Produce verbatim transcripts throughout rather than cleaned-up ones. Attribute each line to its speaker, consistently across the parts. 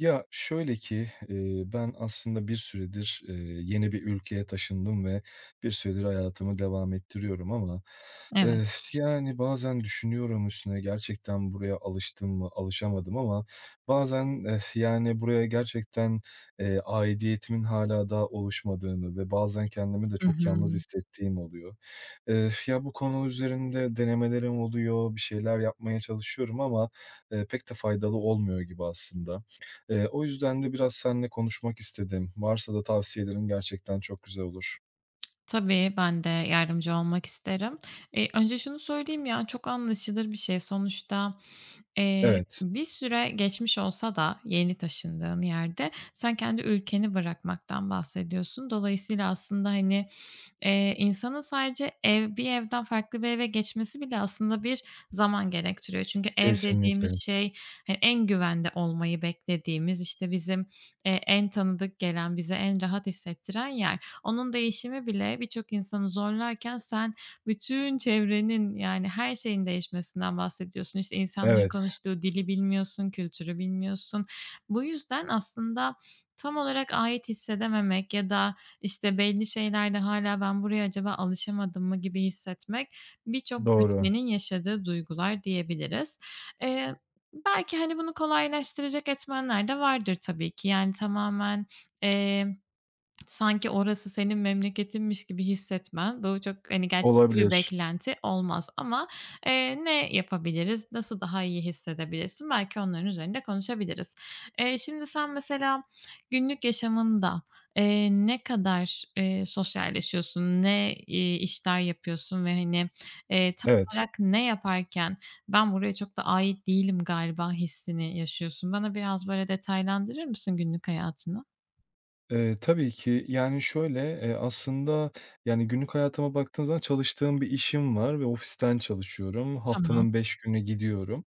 Speaker 1: Ya, şöyle ki, eee, ben aslında bir süredir, eee, yeni bir ülkeye taşındım ve bir süredir hayatımı devam ettiriyorum ama, eee,
Speaker 2: Evet.
Speaker 1: yani, bazen düşünüyorum üstüne gerçekten buraya alıştım mı, alışamadım ama bazen, e, yani, buraya gerçekten, eee, aidiyetimin hala daha oluşmadığını ve bazen kendimi de
Speaker 2: Hı
Speaker 1: çok
Speaker 2: hı.
Speaker 1: yalnız hissettiğim oluyor. Eee, ya, bu konu üzerinde denemelerim oluyor, bir şeyler yapmaya çalışıyorum ama, eee, pek de faydalı olmuyor gibi aslında. Eee, o yüzden de biraz seninle konuşmak istedim. Varsa da tavsiyelerin gerçekten çok güzel olur.
Speaker 2: Tabii, ben de yardımcı olmak isterim. Eee, önce şunu söyleyeyim ya, çok anlaşılır bir şey. Sonuçta, eee,
Speaker 1: Evet,
Speaker 2: bir süre geçmiş olsa da yeni taşındığın yerde sen kendi ülkeni bırakmaktan bahsediyorsun. Dolayısıyla aslında, hani, Eee, insanın sadece ev bir evden farklı bir eve geçmesi bile aslında bir zaman gerektiriyor. Çünkü ev dediğimiz
Speaker 1: kesinlikle.
Speaker 2: şey, hani, en güvende olmayı beklediğimiz, işte, bizim, eee, en tanıdık gelen, bize en rahat hissettiren yer. Onun değişimi bile birçok insanı zorlarken sen bütün çevrenin, yani, her şeyin değişmesinden bahsediyorsun. İşte, insanların
Speaker 1: Evet,
Speaker 2: konuştuğu dili bilmiyorsun, kültürü bilmiyorsun. Bu yüzden aslında tam olarak ait hissedememek ya da işte, belli şeylerde hala ben buraya acaba alışamadım mı gibi hissetmek birçok
Speaker 1: doğru.
Speaker 2: göçmenin yaşadığı duygular diyebiliriz. Eee, Belki, hani, bunu kolaylaştıracak etmenler de vardır tabii ki. Yani, tamamen, sanki orası senin memleketinmiş gibi hissetmen, bu çok, hani, gerçekçi bir
Speaker 1: Olabilir.
Speaker 2: beklenti olmaz ama, eee, ne yapabiliriz, nasıl daha iyi hissedebilirsin? Belki onların üzerinde konuşabiliriz. Eee, şimdi sen mesela günlük yaşamında, eee, ne kadar, eee, sosyalleşiyorsun, ne, iii, işler yapıyorsun ve, hani, eee, tam
Speaker 1: Evet.
Speaker 2: olarak ne yaparken ben buraya çok da ait değilim galiba hissini yaşıyorsun? Bana biraz böyle detaylandırır mısın günlük hayatını?
Speaker 1: Eee, tabii ki, yani, şöyle, eee, aslında, yani, günlük hayatıma baktığın zaman çalıştığım bir işim var ve ofisten çalışıyorum.
Speaker 2: Tamam.
Speaker 1: Haftanın beş günü gidiyorum.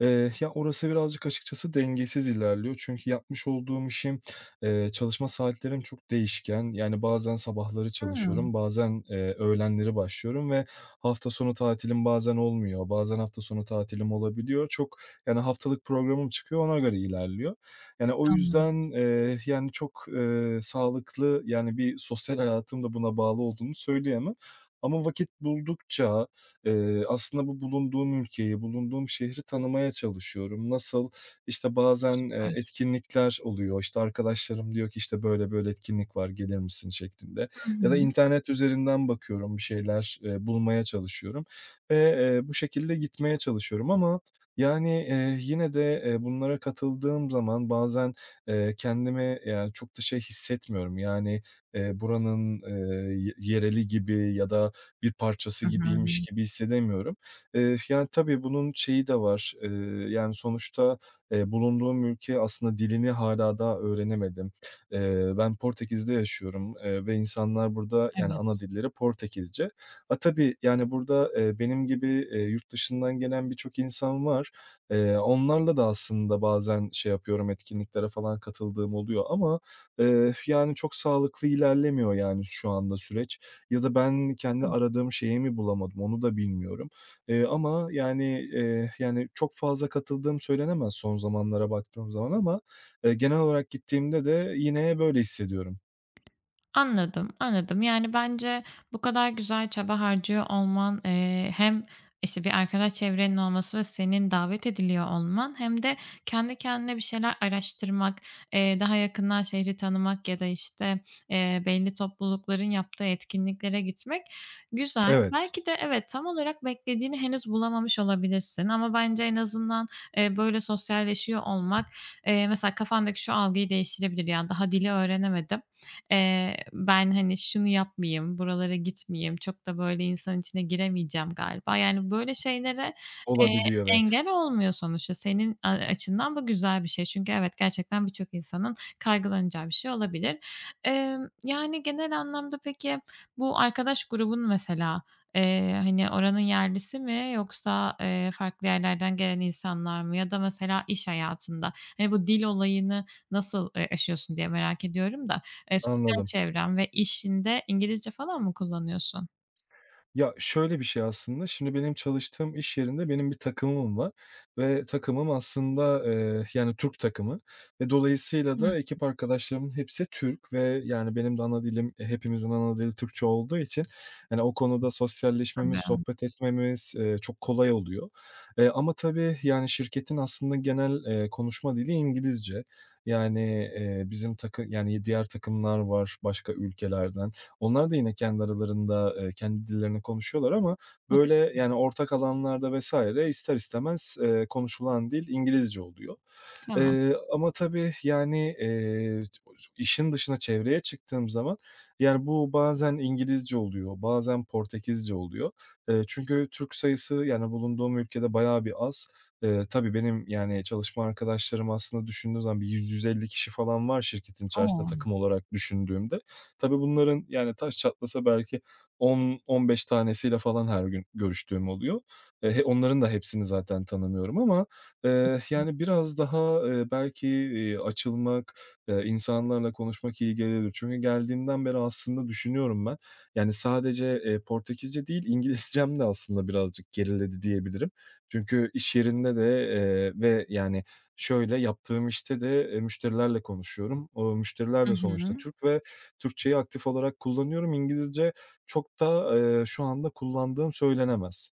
Speaker 1: Eee, ya, orası birazcık açıkçası dengesiz ilerliyor. Çünkü yapmış olduğum işim, eee, çalışma saatlerim çok değişken. Yani, bazen sabahları
Speaker 2: Hıı.
Speaker 1: çalışıyorum, bazen, eee, öğlenleri başlıyorum ve hafta sonu tatilim bazen olmuyor, bazen hafta sonu tatilim olabiliyor. Çok, yani, haftalık programım çıkıyor, ona göre ilerliyor. Yani, o
Speaker 2: Anladım.
Speaker 1: yüzden, eee, yani, çok, eee, sağlıklı, yani, bir sosyal hayatım da buna bağlı olduğunu söyleyemem ama vakit buldukça, Eee, aslında bu bulunduğum ülkeyi, bulunduğum şehri tanımaya çalışıyorum. Nasıl? İşte, bazen, eee,
Speaker 2: Süper.
Speaker 1: etkinlikler oluyor. İşte, arkadaşlarım diyor ki, işte, "Böyle böyle etkinlik var, gelir misin?" şeklinde
Speaker 2: Hı
Speaker 1: ya da
Speaker 2: hı.
Speaker 1: internet üzerinden bakıyorum, bir şeyler, eee, bulmaya çalışıyorum ve, eee, bu şekilde gitmeye çalışıyorum ama, yani, eee, yine de, eee, bunlara katıldığım zaman bazen, eee, kendimi, yani, çok da şey hissetmiyorum. Yani, eee, buranın, eee, ye yereli gibi ya da bir parçası
Speaker 2: Hı hı.
Speaker 1: gibiymiş gibi hissedemiyorum. Eee, yani, tabii bunun şeyi de var, eee, yani, sonuçta, eee, bulunduğum ülke aslında dilini hala daha öğrenemedim. Eee, ben Portekiz'de yaşıyorum, eee, ve insanlar burada, yani, ana
Speaker 2: Evet.
Speaker 1: dilleri Portekizce. A, tabii, yani, burada, eee, benim gibi, eee, yurt dışından gelen birçok insan var. Eee, onlarla da aslında bazen şey yapıyorum, etkinliklere falan katıldığım oluyor ama, eee, yani, çok sağlıklı ilerlemiyor, yani, şu anda süreç ya da ben kendi
Speaker 2: Hı.
Speaker 1: aradığım şeyi mi bulamadım, onu da bilmiyorum. Eee, ama yani, eee, yani, çok fazla katıldığım söylenemez son zamanlara baktığım zaman ama, eee, genel olarak gittiğimde de yine böyle hissediyorum.
Speaker 2: Anladım, anladım. Yani, bence bu kadar güzel çaba harcıyor olman, eee, hem, işte, bir arkadaş çevrenin olması ve senin davet ediliyor olman hem de kendi kendine bir şeyler araştırmak, eee, daha yakından şehri tanımak ya da, işte, eee, belli toplulukların yaptığı etkinliklere gitmek güzel.
Speaker 1: Evet,
Speaker 2: Belki de evet, tam olarak beklediğini henüz bulamamış olabilirsin ama bence en azından, eee, böyle sosyalleşiyor olmak, eee, mesela kafandaki şu algıyı değiştirebilir: yani daha dili öğrenemedim. Eee, ben, hani, şunu yapmayayım, buralara gitmeyeyim, çok da böyle insan içine giremeyeceğim galiba. Yani, böyle şeylere, eee,
Speaker 1: olabiliyor, evet.
Speaker 2: engel olmuyor sonuçta. Senin a açından bu güzel bir şey. Çünkü evet, gerçekten birçok insanın kaygılanacağı bir şey olabilir. Emm, yani, genel anlamda peki bu arkadaş grubun mesela, eee, hani, oranın yerlisi mi yoksa, eee, farklı yerlerden gelen insanlar mı ya da mesela iş hayatında, hani, bu dil olayını nasıl, eee, aşıyorsun diye merak ediyorum da. Eee, sosyal
Speaker 1: Anladım.
Speaker 2: çevren ve işinde İngilizce falan mı kullanıyorsun?
Speaker 1: Ya, şöyle bir şey aslında, şimdi benim çalıştığım iş yerinde benim bir takımım var ve takımım aslında, eee, yani Türk takımı ve dolayısıyla
Speaker 2: Hımm.
Speaker 1: da ekip arkadaşlarımın hepsi Türk ve, yani, benim de ana dilim, e, hepimizin ana dili Türkçe olduğu için, yani o konuda sosyalleşmemiz,
Speaker 2: Tabii.
Speaker 1: sohbet etmemiz, eee, çok kolay oluyor. Eee, ama tabii, yani, şirketin aslında genel, eee, konuşma dili İngilizce. Yani, eee, bizim takı yani, diğer takımlar var başka ülkelerden. Onlar da yine kendi aralarında, eee, kendi dillerini konuşuyorlar ama
Speaker 2: Mut
Speaker 1: böyle, yani, ortak alanlarda vesaire ister istemez, eee, konuşulan dil İngilizce oluyor.
Speaker 2: tamam.
Speaker 1: Eee, ama tabii, yani, eee, işin dışına, çevreye çıktığım zaman, yani, bu bazen İngilizce oluyor, bazen Portekizce oluyor. Eee, çünkü Türk sayısı, yani, bulunduğum ülkede bayağı bir az. Eee, tabii benim, yani, çalışma arkadaşlarım aslında düşündüğüm zaman bir yüz yüz elli kişi falan var şirketin içerisinde
Speaker 2: O!
Speaker 1: takım olarak düşündüğümde. Tabii bunların, yani, taş çatlasa belki on on beş tanesiyle falan her gün görüştüğüm oluyor. E, he onların da hepsini zaten tanımıyorum ama Eee, yani, biraz daha, eee, belki, eee, açılmak, eee, insanlarla konuşmak iyi gelebilir. Çünkü geldiğimden beri aslında düşünüyorum ben. Yani, sadece, eee, Portekizce değil, İngilizcem de aslında birazcık geriledi diyebilirim. Çünkü iş yerinde de, eee, ve, yani, şöyle, yaptığım işte de, eee, müşterilerle konuşuyorum. O müşteriler
Speaker 2: Hı
Speaker 1: de sonuçta
Speaker 2: hı.
Speaker 1: Türk ve Türkçeyi aktif olarak kullanıyorum. İngilizce çok da, eee, şu anda kullandığım söylenemez.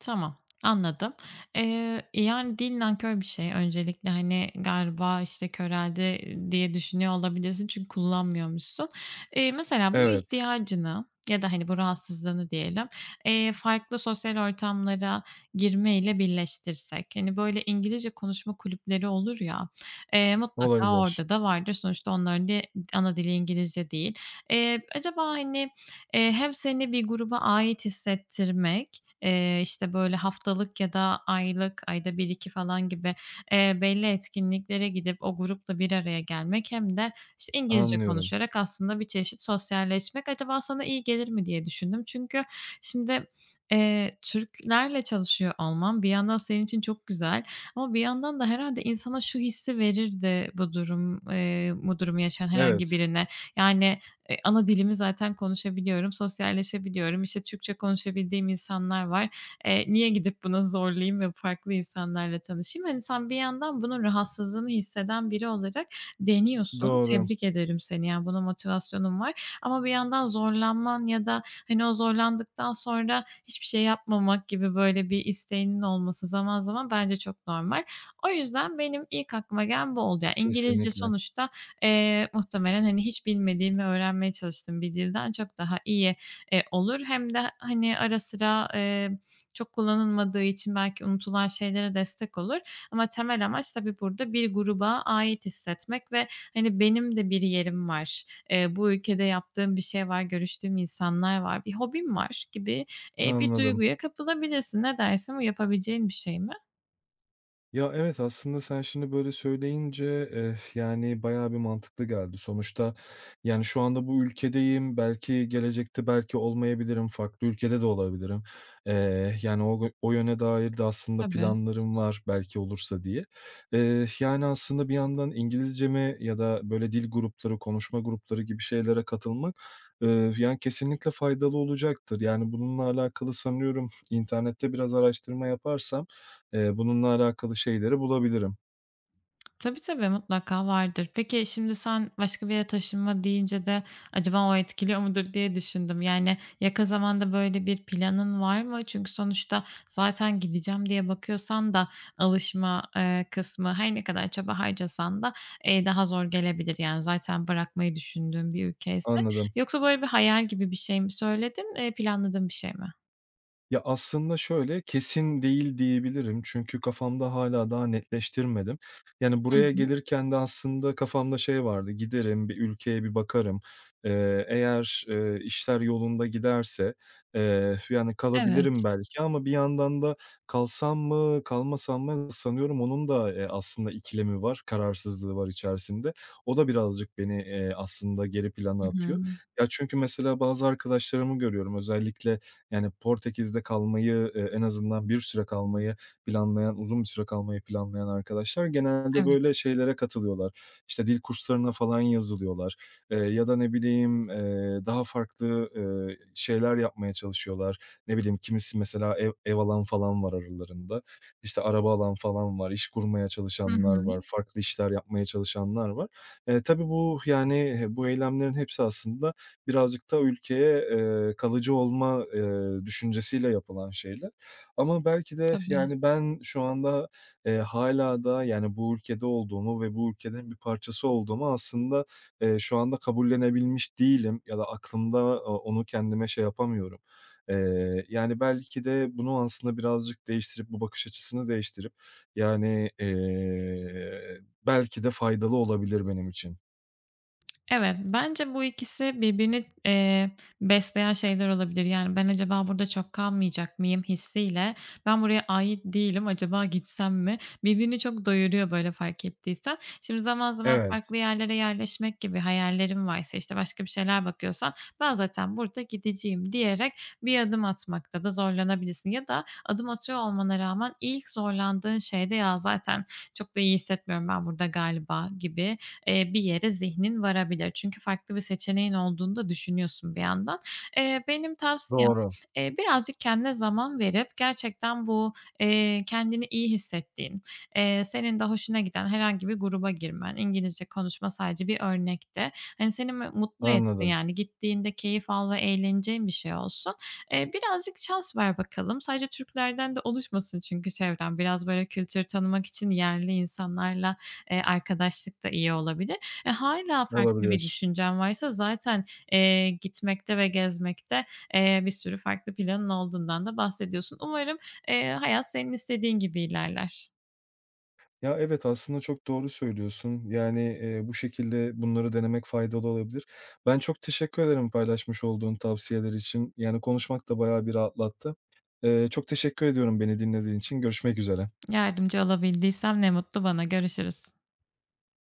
Speaker 2: Tamam, anladım. Eee, yani, dil nankör bir şey. Öncelikle, hani, galiba, işte, köreldi diye düşünüyor olabilirsin çünkü kullanmıyormuşsun. Eee, mesela bu
Speaker 1: Evet,
Speaker 2: ihtiyacını ya da, hani, bu rahatsızlığını diyelim, eee, farklı sosyal ortamlara girmeyle birleştirsek, hani, böyle İngilizce konuşma kulüpleri olur ya, eee, mutlaka
Speaker 1: olabilir.
Speaker 2: orada da vardır. Sonuçta onların de ana dili İngilizce değil. Eee, acaba, hani, eee, hem seni bir gruba ait hissettirmek. Eee, işte, böyle, haftalık ya da aylık, ayda bir iki falan gibi, eee, belli etkinliklere gidip o grupla bir araya gelmek hem de, işte, İngilizce
Speaker 1: Anlıyorum.
Speaker 2: konuşarak aslında bir çeşit sosyalleşmek acaba sana iyi gelir mi diye düşündüm. Çünkü şimdi, eee, Türklerle çalışıyor olman bir yandan senin için çok güzel ama bir yandan da herhalde insana şu hissi verirdi bu durum, eee, bu durumu yaşayan herhangi
Speaker 1: Evet.
Speaker 2: birine. Yani, Eee, ana dilimi zaten konuşabiliyorum, sosyalleşebiliyorum. İşte, Türkçe konuşabildiğim insanlar var. Eee, niye gidip buna zorlayayım ve farklı insanlarla tanışayım? Hani, sen bir yandan bunun rahatsızlığını hisseden biri olarak deniyorsun.
Speaker 1: Doğru,
Speaker 2: Tebrik ederim seni, yani, buna motivasyonun var ama bir yandan zorlanman ya da, hani, o zorlandıktan sonra hiçbir şey yapmamak gibi, böyle, bir isteğinin olması zaman zaman bence çok normal. O yüzden benim ilk aklıma gelen bu oldu. Yani, İngilizce
Speaker 1: kesinlikle.
Speaker 2: sonuçta Eee, muhtemelen, hani, hiç bilmediğim ve öğrenmeye çalıştığım bir dilden çok daha iyi, eee, olur. Hem de, hani, ara sıra, eee, çok kullanılmadığı için belki unutulan şeylere destek olur ama temel amaç tabii burada bir gruba ait hissetmek ve, hani, benim de bir yerim var, eee, bu ülkede yaptığım bir şey var, görüştüğüm insanlar var, bir hobim var gibi, eee, bir
Speaker 1: Anladım.
Speaker 2: duyguya kapılabilirsin. Ne dersin? Bu yapabileceğin bir şey mi?
Speaker 1: Ya, evet, aslında sen şimdi böyle söyleyince, eh, yani, bayağı bir mantıklı geldi. Sonuçta, yani, şu anda bu ülkedeyim, belki gelecekte belki olmayabilirim, farklı ülkede de olabilirim. Eee, yani, o o yöne dair de aslında
Speaker 2: Tabii.
Speaker 1: planlarım var belki olursa diye. Eee, yani, aslında bir yandan İngilizcemi ya da böyle dil grupları, konuşma grupları gibi şeylere katılmak, eee, yani, kesinlikle faydalı olacaktır. Yani, bununla alakalı sanıyorum internette biraz araştırma yaparsam Eee, bununla alakalı şeyleri bulabilirim.
Speaker 2: Tabii, tabii, mutlaka vardır. Peki, şimdi sen başka bir yere taşınma deyince de acaba o etkiliyor mudur diye düşündüm. Yani, yakın zamanda böyle bir planın var mı? Çünkü sonuçta zaten gideceğim diye bakıyorsan da alışma, eee, kısmı her ne kadar çaba harcasan da, eee, daha zor gelebilir. Yani, zaten bırakmayı düşündüğün bir ülkeyse.
Speaker 1: Anladım.
Speaker 2: Yoksa böyle bir hayal gibi bir şey mi söyledin, eee, planladığın bir şey mi?
Speaker 1: Ya, aslında şöyle, kesin değil diyebilirim çünkü kafamda hala daha netleştirmedim. Yani,
Speaker 2: Hı
Speaker 1: buraya
Speaker 2: hı.
Speaker 1: gelirken de aslında kafamda şey vardı, giderim, bir ülkeye bir bakarım. Eee, eğer, eee, işler yolunda giderse, eee, yani, kalabilirim
Speaker 2: Evet.
Speaker 1: belki ama bir yandan da kalsam mı, kalmasam mı sanıyorum onun da, eee, aslında ikilemi var, kararsızlığı var içerisinde. O da birazcık beni, eee, aslında geri
Speaker 2: Hı
Speaker 1: plana
Speaker 2: hı.
Speaker 1: atıyor. Ya, çünkü mesela bazı arkadaşlarımı görüyorum özellikle yani Portekiz'de kalmayı, eee, en azından bir süre kalmayı planlayan, uzun bir süre kalmayı planlayan arkadaşlar genelde böyle
Speaker 2: Evet.
Speaker 1: şeylere katılıyorlar. İşte dil kurslarına falan yazılıyorlar, eee, ya da ne bileyim, eee, daha farklı, eee, şeyler yapmaya çalışıyorlar. Ne bileyim, kimisi mesela ev ev alan falan var aralarında. İşte araba alan falan var, iş kurmaya
Speaker 2: Hı
Speaker 1: çalışanlar var,
Speaker 2: hı.
Speaker 1: farklı işler yapmaya çalışanlar var. Eee, tabii bu, yani, bu eylemlerin hepsi aslında birazcık da ülkeye, eee, kalıcı olma, eee, düşüncesiyle yapılan şeyler. Ama belki de,
Speaker 2: Tabii.
Speaker 1: yani, ben şu anda, eee, hâlâ da, yani, bu ülkede olduğumu ve bu ülkenin bir parçası olduğumu aslında, eee, şu anda kabullenebilmiş değilim ya da aklımda o onu kendime şey yapamıyorum. Eee, yani, belki de bunu aslında birazcık değiştirip, bu bakış açısını değiştirip, yani, eee, belki de faydalı olabilir benim için.
Speaker 2: Evet, bence bu ikisi birbirini, eee, besleyen şeyler olabilir. Yani, "Ben acaba burada çok kalmayacak mıyım?" hissiyle, "Ben buraya ait değilim, acaba gitsem mi?" Birbirini çok doyuruyor, böyle, fark ettiysen. Şimdi zaman zaman
Speaker 1: Evet,
Speaker 2: farklı yerlere yerleşmek gibi hayallerin varsa, işte, başka bir şeyler bakıyorsan, "Ben zaten burada gideceğim." diyerek bir adım atmakta da zorlanabilirsin ya da adım atıyor olmana rağmen ilk zorlandığın şeyde, "Ya, zaten çok da iyi hissetmiyorum ben burada galiba." gibi eee, bir yere zihnin varabilir. Çünkü farklı bir seçeneğin olduğunu da düşünüyorsun bir yandan. Eee, benim tavsiyem,
Speaker 1: doğru.
Speaker 2: eee, birazcık kendine zaman verip gerçekten bu, eee, kendini iyi hissettiğin, eee, senin de hoşuna giden herhangi bir gruba girmen, İngilizce konuşma sadece bir örnekti. Hani, seni me mutlu etsin,
Speaker 1: Anladım.
Speaker 2: yani, gittiğinde keyif al ve eğleneceğin bir şey olsun. Eee, birazcık şans ver bakalım. Sadece Türklerden de oluşmasın çünkü çevren. Biraz böyle kültür tanımak için yerli insanlarla Eee, arkadaşlık da iyi olabilir. E, hâlâ farklı bir
Speaker 1: Olabilir.
Speaker 2: düşüncen varsa zaten, eee, gitmekte ve gezmekte, eee, bir sürü farklı planın olduğundan da bahsediyorsun. Umarım, eee, hayat senin istediğin gibi ilerler.
Speaker 1: Ya, evet, aslında çok doğru söylüyorsun. Yani, eee, bu şekilde bunları denemek faydalı olabilir. Ben çok teşekkür ederim paylaşmış olduğun tavsiyeler için. Yani konuşmak da bayağı bir rahatlattı. Eee, çok teşekkür ediyorum beni dinlediğin için. Görüşmek üzere.
Speaker 2: Yardımcı olabildiysem ne mutlu bana. Görüşürüz.